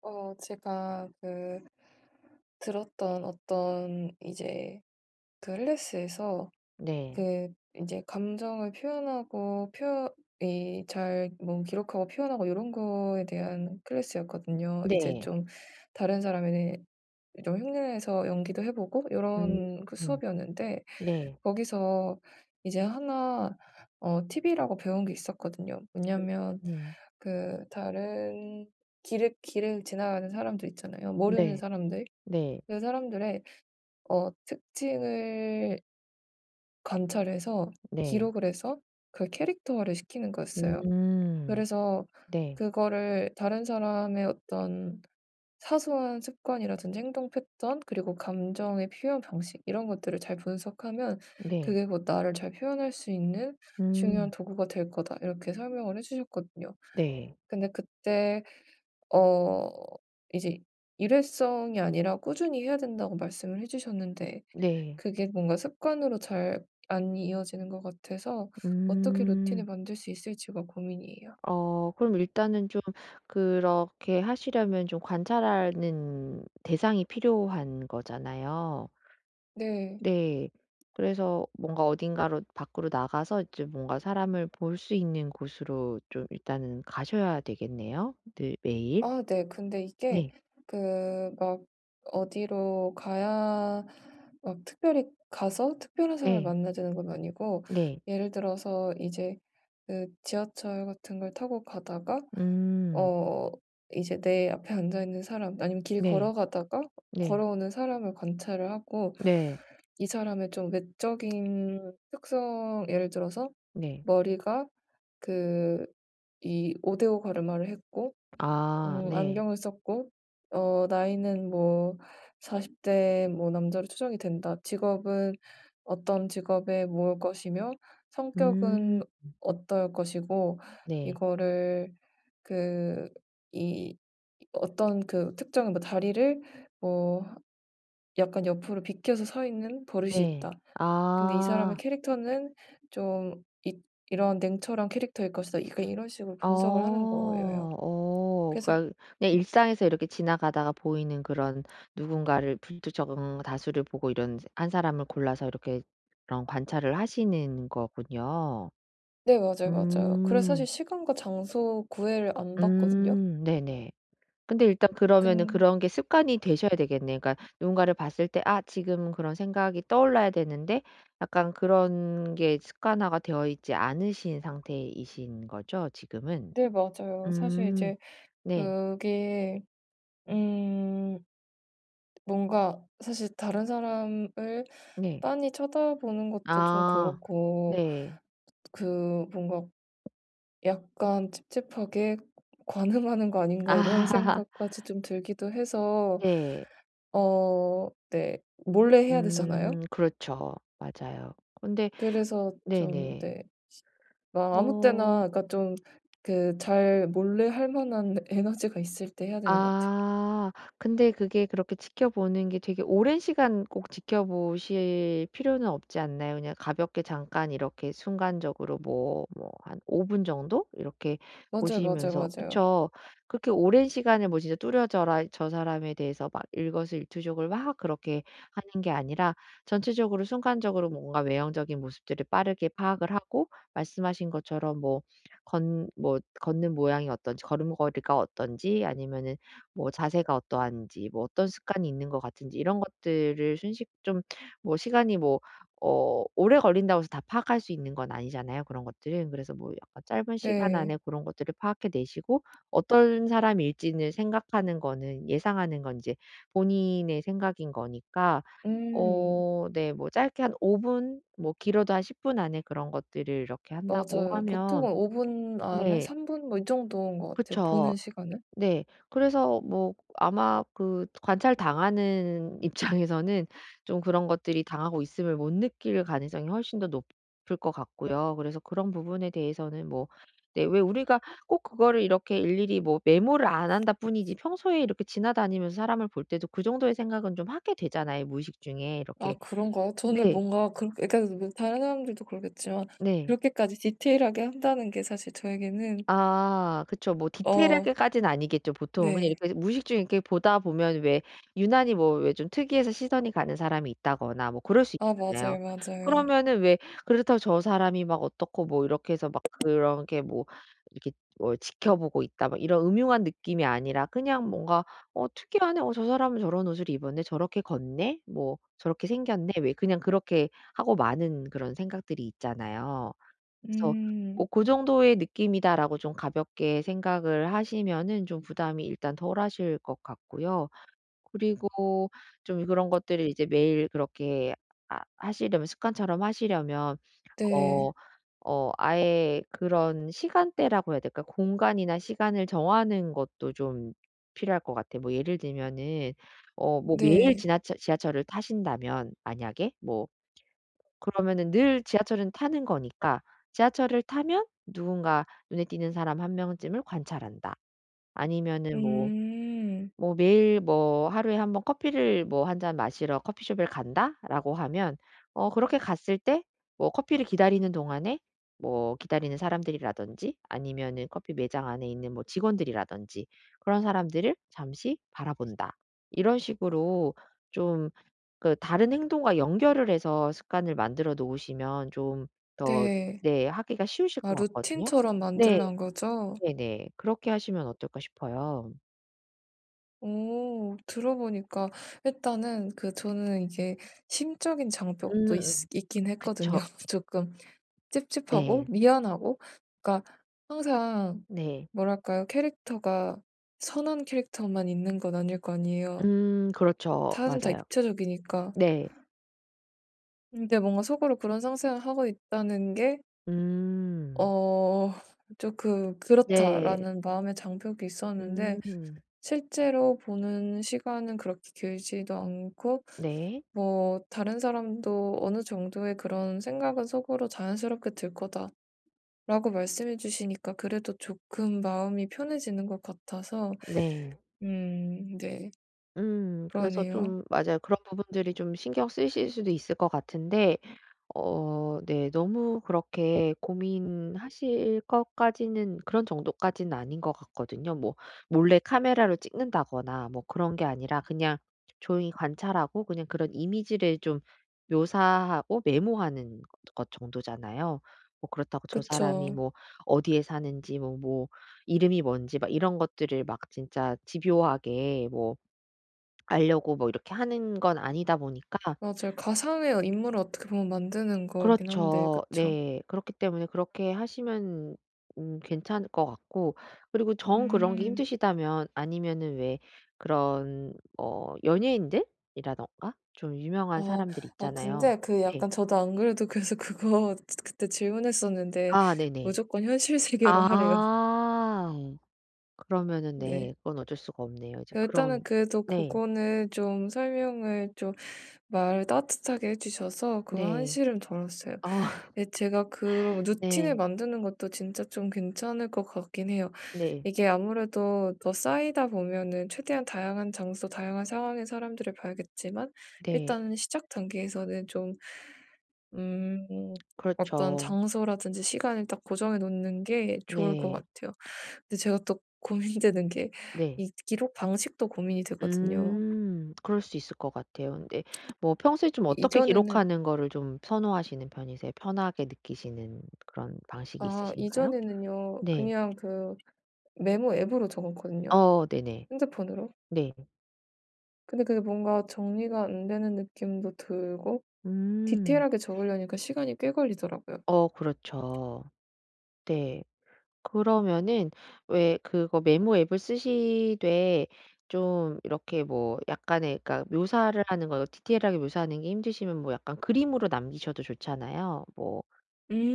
제가 그 들었던 어떤 이제 그 클래스에서 네. 그 이제 감정을 표현하고 표 이 잘뭐 기록하고 표현하고 이런 거에 대한 클래스였거든요. 이제 네. 좀 다른 사람에 좀 흉내내서 연기도 해보고 이 음. 런 그 음. 수업이었는데 네. 거기서 이제 하나 팁이라고 배운 게 있었거든요. 뭐냐면 음. 그 다른 길을 지나가는 사람들 있잖아요. 모르는 네. 사람들. 네. 그 사람들의 특징을 관찰해서 네. 기록을 해서 그 캐릭터화를 시키는 거였어요. 음. 그래서 네. 그거를 다른 사람의 어떤 사소한 습관이라든지 행동 패턴 그리고 감정의 표현 방식 이런 것들을 잘 분석하면 네. 그게 곧 나를 잘 표현할 수 있는 중요한 음. 도구가 될 거다. 이렇게 설명을 해 주셨거든요. 네. 근데 그때 어 이제 일회성이 아니라 꾸준히 해야 된다고 말씀을 해 주셨는데 네. 그게 뭔가 습관으로 잘 안 이어지는 것 같아서 어떻게 루틴을 음. 만들 수 있을지가 고민이에요. 그럼 일단은 좀 그렇게 하시려면 좀 관찰하는 대상이 필요한 거잖아요. 네. 네. 그래서 뭔가 어딘가로 밖으로 나가서 이제 뭔가 사람을 볼 수 있는 곳으로 좀 일단은 가셔야 되겠네요, 늘 매일. 아 네. 근데 이게 네. 그 막 어디로 가야 막 특별히 가서 특별한 사람을 네. 만나야 되는 건 아니고 네. 예를 들어서 이제 그 지하철 같은 걸 타고 가다가 음. 어 이제 내 앞에 앉아 있는 사람 아니면 길 네. 걸어가다가 네. 걸어오는 사람을 관찰을 하고 네. 이 사람의 좀 외적인 특성 예를 들어서 네. 머리가 그 이 5:5 가르마를 했고 아 네. 안경을 썼고 나이는 뭐 40 대 뭐 남자로 추정이 된다. 직업은 어떤 직업에 모을 것이며 음. 성격은 어떨 것이고 네. 이거를 그 이 어떤 그 특정 뭐 다리를 뭐 약간 옆으로 비켜서 서 있는 버릇이 네. 있다. 근데 이 사람의 아. 캐릭터는 좀 이 이런 냉철한 캐릭터일 것이다. 약간 이런 식으로 어. 분석을 하는 거예요. 어. 그래서 그러니까 그냥 일상에서 이렇게 지나가다가 보이는 그런 누군가를 불특정 다수를 보고 이런 한 사람을 골라서 이렇게 그런 관찰을 하시는 거군요. 네 맞아요, 맞아요. 그래서 사실 음. 시간과 장소 구애를 안 받거든요. 음. 네네. 근데 일단 그러면은 근 그런 게 습관이 되셔야 되겠네요. 그러니까 누군가를 봤을 때 '아 지금 그런 생각이 떠올라야 되는데.' 약간 그런 게 습관화가 되어 있지 않으신 상태이신 거죠 지금은? 네 맞아요. 사실 음. 이제 네. 그게 음 뭔가 사실 다른 사람을 네. 빤히 쳐다보는 것도 좀 아. 그렇고 네. 그 뭔가 약간 찝찝하게 '관음하는 거 아닌가.' 이런 아. 생각까지 좀 들기도 해서 네. 네 몰래 해야 되잖아요. 음. 그렇죠. 맞아요. 근데 그래서 좀 네네. 네. 막 아무 어. 때나 그러니까 좀 그 잘 몰래 할 만한 에너지가 있을 때 해야 되는 것 같아요. 아. 근데 그게 그렇게 지켜보는 게 되게 오랜 시간 꼭 지켜보실 필요는 없지 않나요? 그냥 가볍게 잠깐 이렇게 순간적으로 뭐 뭐 한 5분 정도 이렇게 맞아요, 맞아요, 보시면서 맞아요. 그쵸. 그렇게 오랜 시간을 뭐 진짜 뚜려져라 저 사람에 대해서 막 일거수일투족을 막 그렇게 하는 게 아니라 전체적으로 순간적으로 뭔가 외형적인 모습들을 빠르게 파악을 하고 말씀하신 것처럼 뭐 걷 뭐 걷는 모양이 어떤지 걸음걸이가 어떤지 아니면은 뭐 자세가 어떠한지 뭐 어떤 습관이 있는 것 같은지 이런 것들을 순식 좀 뭐 시간이 뭐 오래 걸린다고 해서 다 파악할 수 있는 건 아니잖아요 그런 것들은. 그래서 뭐 약간 짧은 시간 안에 네. 고런 것들을 파악해 내시고 어떤 사람일지는 생각하는 거는 예상하는 건 이제 본인의 생각인 거니까 음. 네 뭐 짧게 한 5분 뭐 길어도 한 10분 안에 그런 것들을 이렇게 한다고 맞아요. 하면 보통은 5분 안에 네. 3분 뭐 이 정도인 것 같아요, 그쵸. 보는 시간은. 네. 그래서 뭐 아마 그 관찰당하는 입장에서는 좀 그런 것들이 당하고 있음을 못 느낄 가능성이 훨씬 더 높을 것 같고요. 그래서 그런 부분에 대해서는 뭐 네 왜 우리가 꼭 그거를 이렇게 일일이 뭐 메모를 안 한다 뿐이지 평소에 이렇게 지나다니면서 사람을 볼 때도 그 정도의 생각은 좀 하게 되잖아요, 무의식 중에 아 이렇게. 그런가요? 저는 네. 뭔가 그렇게 그러니까 뭐 다른 사람들도 그러겠지만 네. 그렇게까지 디테일하게 한다는 게 사실 저에게는 아 그쵸. 뭐 어 디테일하게까지는 아니겠죠 보통은. 그냥 네. 이렇게 무의식 중에 이렇게 보다 보면 왜 유난히 뭐 왜 좀 특이해서 시선이 가는 사람이 있다거나 뭐 그럴 수 아 있잖아요. 맞아요, 맞아요. 그러면은 왜 그렇다고 저 사람이 막 어떻고 뭐 이렇게 해서 막 그런 게 뭐 이렇게 뭐 '지켜보고 있다.' 막 이런 음흉한 느낌이 아니라 그냥 뭔가 '어 특이하네. 어 저 사람은 저런 옷을 입었네. 저렇게 걷네. 뭐 저렇게 생겼네.' 왜 그냥 그렇게 하고 마는 그런 생각들이 있잖아요. 그래서 뭐 음. '고 정도의 느낌이다.'라고 좀 가볍게 생각을 하시면은 좀 부담이 일단 덜하실 것 같고요. 그리고 좀 그런 것들을 이제 매일 그렇게 아 하시려면 습관처럼 하시려면 어 네. 아예 그런 시간대라고 해야 될까? 공간이나 시간을 정하는 것도 좀 필요할 것 같아요. 뭐 예를 들면은 뭐 매일 네. 지하철을 타신다면 만약에 뭐 그러면은 늘 지하철은 타는 거니까 지하철을 타면 누군가 눈에 띄는 사람 한 명쯤을 관찰한다. 아니면은 뭐 음. 뭐 매일 뭐 '하루에 한번 커피를 뭐 한 잔 마시러 커피숍을 간다.'라고 하면 그렇게 갔을 때 뭐 커피를 기다리는 동안에 뭐 기다리는 사람들이라든지 아니면은 커피 매장 안에 있는 뭐 직원들이라든지 그런 사람들을 잠시 바라본다. 이런 식으로 좀 그 다른 행동과 연결을 해서 습관을 만들어 놓으시면 좀 더 네. 네 하기가 쉬우실 것 아 같거든요. 루틴처럼 네. 만들란 거죠? 네네. 그렇게 하시면 어떨까 싶어요. 오 들어보니까 일단은 그 저는 이게 심적인 장벽도 있 음음. 있긴 했거든요. 그쵸. 조금 찝찝하고 네. 미안하고 그러니까 항상 네. 뭐랄까요? 캐릭터가 선한 캐릭터만 있는 건 아닐 거 아니에요. 그렇죠. 다람다 맞아요. 입체적이니까. 네. 근데 뭔가 속으로 그런 상상을 하고 있다는 게 음. 어 '조금 네. 그렇다.'라는 마음의 장벽이 있었는데 음. 실제로 보는 시간은 그렇게 길지도 않고 네. 뭐 '다른 사람도 어느 정도의 그런 생각은 속으로 자연스럽게 들 거다.'라고 말씀해 주시니까 그래도 조금 마음이 편해지는 것 같아서 네. 네 음. 그래서 그러네요. 좀 맞아요. 그런 부분들이 좀 신경 쓰이실 수도 있을 것 같은데 네. 너무 그렇게 고민하실 것까지는 그런 정도까지는 아닌 것 같거든요. 뭐 몰래 카메라로 찍는다거나 뭐 그런 게 아니라 그냥 조용히 관찰하고 그냥 그런 이미지를 좀 묘사하고 메모하는 것 정도잖아요. 뭐 그렇다고 저 그쵸. 사람이 뭐 어디에 사는지 뭐 이름이 뭔지 막 이런 것들을 막 진짜 집요하게 뭐 알려고 뭐 이렇게 하는 건 아니다 보니까 맞아요. 가상의 인물을 어떻게 보면 만드는 거긴 한데 그렇죠. 그쵸. 네. 그렇기 때문에 그렇게 하시면 괜찮을 것 같고 그리고 정 그런 게 음. 힘드시다면 아니면은 왜 그런 연예인들이라던가 좀 유명한 아. 사람들 아 있잖아요. 근데 그 네. 약간 저도 안 그래도 그래서 그거 그때 질문했었는데 아 네네. 무조건 현실 세계로 하래요. 아. 그러면은 네. 네. 그건 어쩔 수가 없네요. 이제 그 일단은 그런 그래도 그 네. 거는 좀 설명을 좀 말을 따뜻하게 해 주셔서 그 네. 한시름 덜었어요. 아 예 제가 그런 루틴을 네. 만드는 것도 진짜 좀 괜찮을 것 같긴 해요. 네. 이게 아무래도 더 쌓이다 보면은 최대한 다양한 장소, 다양한 상황의 사람들을 봐야겠지만 네. 일단은 시작 단계에서는 좀 음 어떤 그렇죠. 장소라든지 시간을 딱 고정해 놓는 게 좋을 것 네. 같아요. 근데 제가 또 고민되는 게 네. 이 기록 방식도 고민이 되거든요. 음. 그럴 수 있을 것 같아요. 근데 뭐 평소에 좀 어떻게 이전에는 기록하는 거를 좀 선호하시는 편이세요? 편하게 느끼시는 그런 방식이 아 있으신가요? 이전에는요. 네. 그냥 그 메모 앱으로 적었거든요, 어 네네. 핸드폰으로. 네. 근데 그게 뭔가 정리가 안 되는 느낌도 들고 음. 디테일하게 적으려니까 시간이 꽤 걸리더라고요. 어 그렇죠. 네. 그러면은 왜 그거 메모 앱을 쓰시되 좀 이렇게 뭐 약간의 그러니까 묘사를 하는 거 디테일하게 묘사하는 게 힘드시면 뭐 약간 그림으로 남기셔도 좋잖아요. 뭐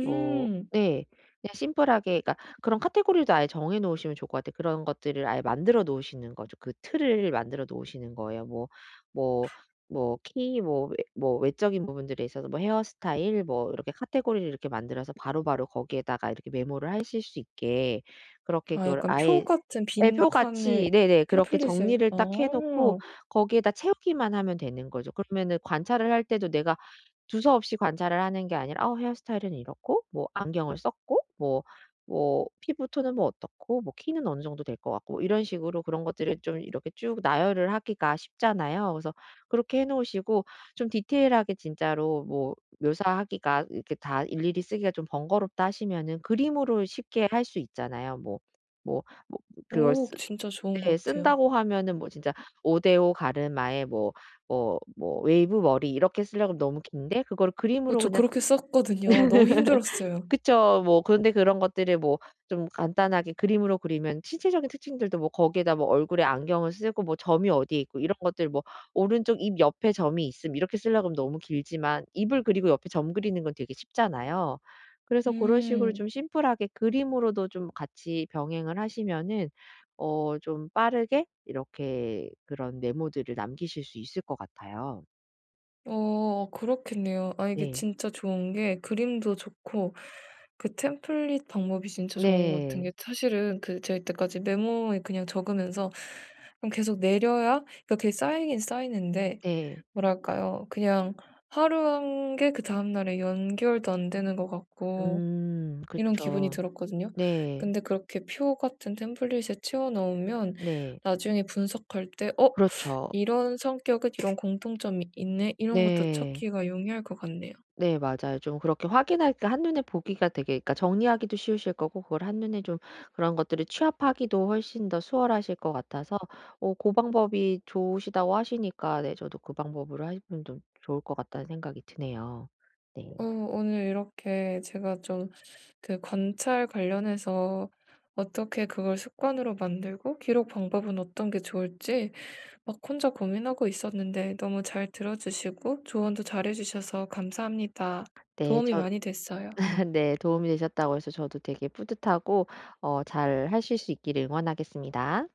네. 그냥 심플하게 그러니까 그런 카테고리도 아예 정해 놓으시면 좋을 것 같아요. 그런 것들을 아예 만들어 놓으시는 거죠. 그 틀을 만들어 놓으시는 거예요. 뭐 뭐 키 뭐 외 뭐 외적인 부분들에 있어서 뭐 헤어스타일 뭐 이렇게 카테고리를 이렇게 만들어서 바로바로 거기에다가 이렇게 메모를 하실 수 있게 그렇게 아 그걸 약간 아예 표 같은 빈칸을 애표같이 네네 그렇게 템플릿을 정리를 아. 딱 해 놓고 거기에다 채우기만 하면 되는 거죠. 그러면은 관찰을 할 때도 내가 두서없이 관찰을 하는 게 아니라 '어 헤어스타일은 이렇고 뭐 안경을 썼고 뭐 피부 톤은 뭐 어떻고 뭐 키는 어느 정도 될 것 같고.' 뭐 이런 식으로 그런 것들을 좀 이렇게 쭉 나열을 하기가 쉽잖아요. 그래서 그렇게 해 놓으시고 좀 디테일하게 진짜로 뭐 묘사하기가 이렇게 다 일일이 쓰기가 좀 번거롭다 하시면은 그림으로 쉽게 할 수 있잖아요. 뭐뭐 그걸 오 쓰 진짜 좋은 네 것 같아요. 쓴다고 하면은 뭐 진짜 5대5 가르마에 뭐 뭐 웨이브 머리 이렇게 쓰려고 하면 너무 긴데 그걸 그림으로 저 그냥 그렇게 썼거든요. 너무 힘들었어요. 그쵸. 뭐 그런데 그런 것들을 뭐 좀 간단하게 그림으로 그리면 신체적인 특징들도 뭐 거기에다 뭐 얼굴에 안경을 쓰고 뭐 점이 어디에 있고 이런 것들 뭐 오른쪽 입 옆에 점이 있음 이렇게 쓰려고 하면 너무 길지만 입을 그리고 옆에 점 그리는 건 되게 쉽잖아요. 그래서 그런 식으로 음. 좀 심플하게 그림으로도 좀 같이 병행을 하시면은 좀 빠르게 이렇게 그런 메모들을 남기실 수 있을 것 같아요. 그렇겠네요. 아 이게 네. 진짜 좋은 게 그림도 좋고 그 템플릿 방법이 진짜 좋은 것 같은 네. 게 사실은 그 제가 이때까지 메모에 그냥 적으면서 그럼 계속 내려야 그러니까 그게 쌓이긴 쌓이는데 네. 뭐랄까요? 그냥 하루 한 게 그다음 날에 연결도 안 되는 것 같고 음. 이런 기분이 그쵸. 들었거든요. 네. 근데 그렇게 표 같은 템플릿에 채워 넣으면 네. 나중에 분석할 때 '어 그렇죠. 이런 성격은 이런 공통점이 있네.' 이런 것도 네. 찾기가 용이할 것 같네요. 네 맞아요. 좀 그렇게 확인할 때 한눈에 보기가 되게 그러니까 정리하기도 쉬우실 거고 그걸 한눈에 좀 그런 것들을 취합하기도 훨씬 더 수월하실 것 같아서 고 방법이 좋으시다고 하시니까 네 저도 그 방법으로 하시면 좀 좋을 것 같다는 생각이 드네요. 네. 오늘 이렇게 제가 좀 그 관찰 관련해서 어떻게 그걸 습관으로 만들고 기록 방법은 어떤 게 좋을지 막 혼자 고민하고 있었는데 너무 잘 들어 주시고 조언도 잘해 주셔서 감사합니다. 네 도움이 저 많이 됐어요. 네 도움이 되셨다고 해서 저도 되게 뿌듯하고 잘 하실 수 있기를 응원하겠습니다.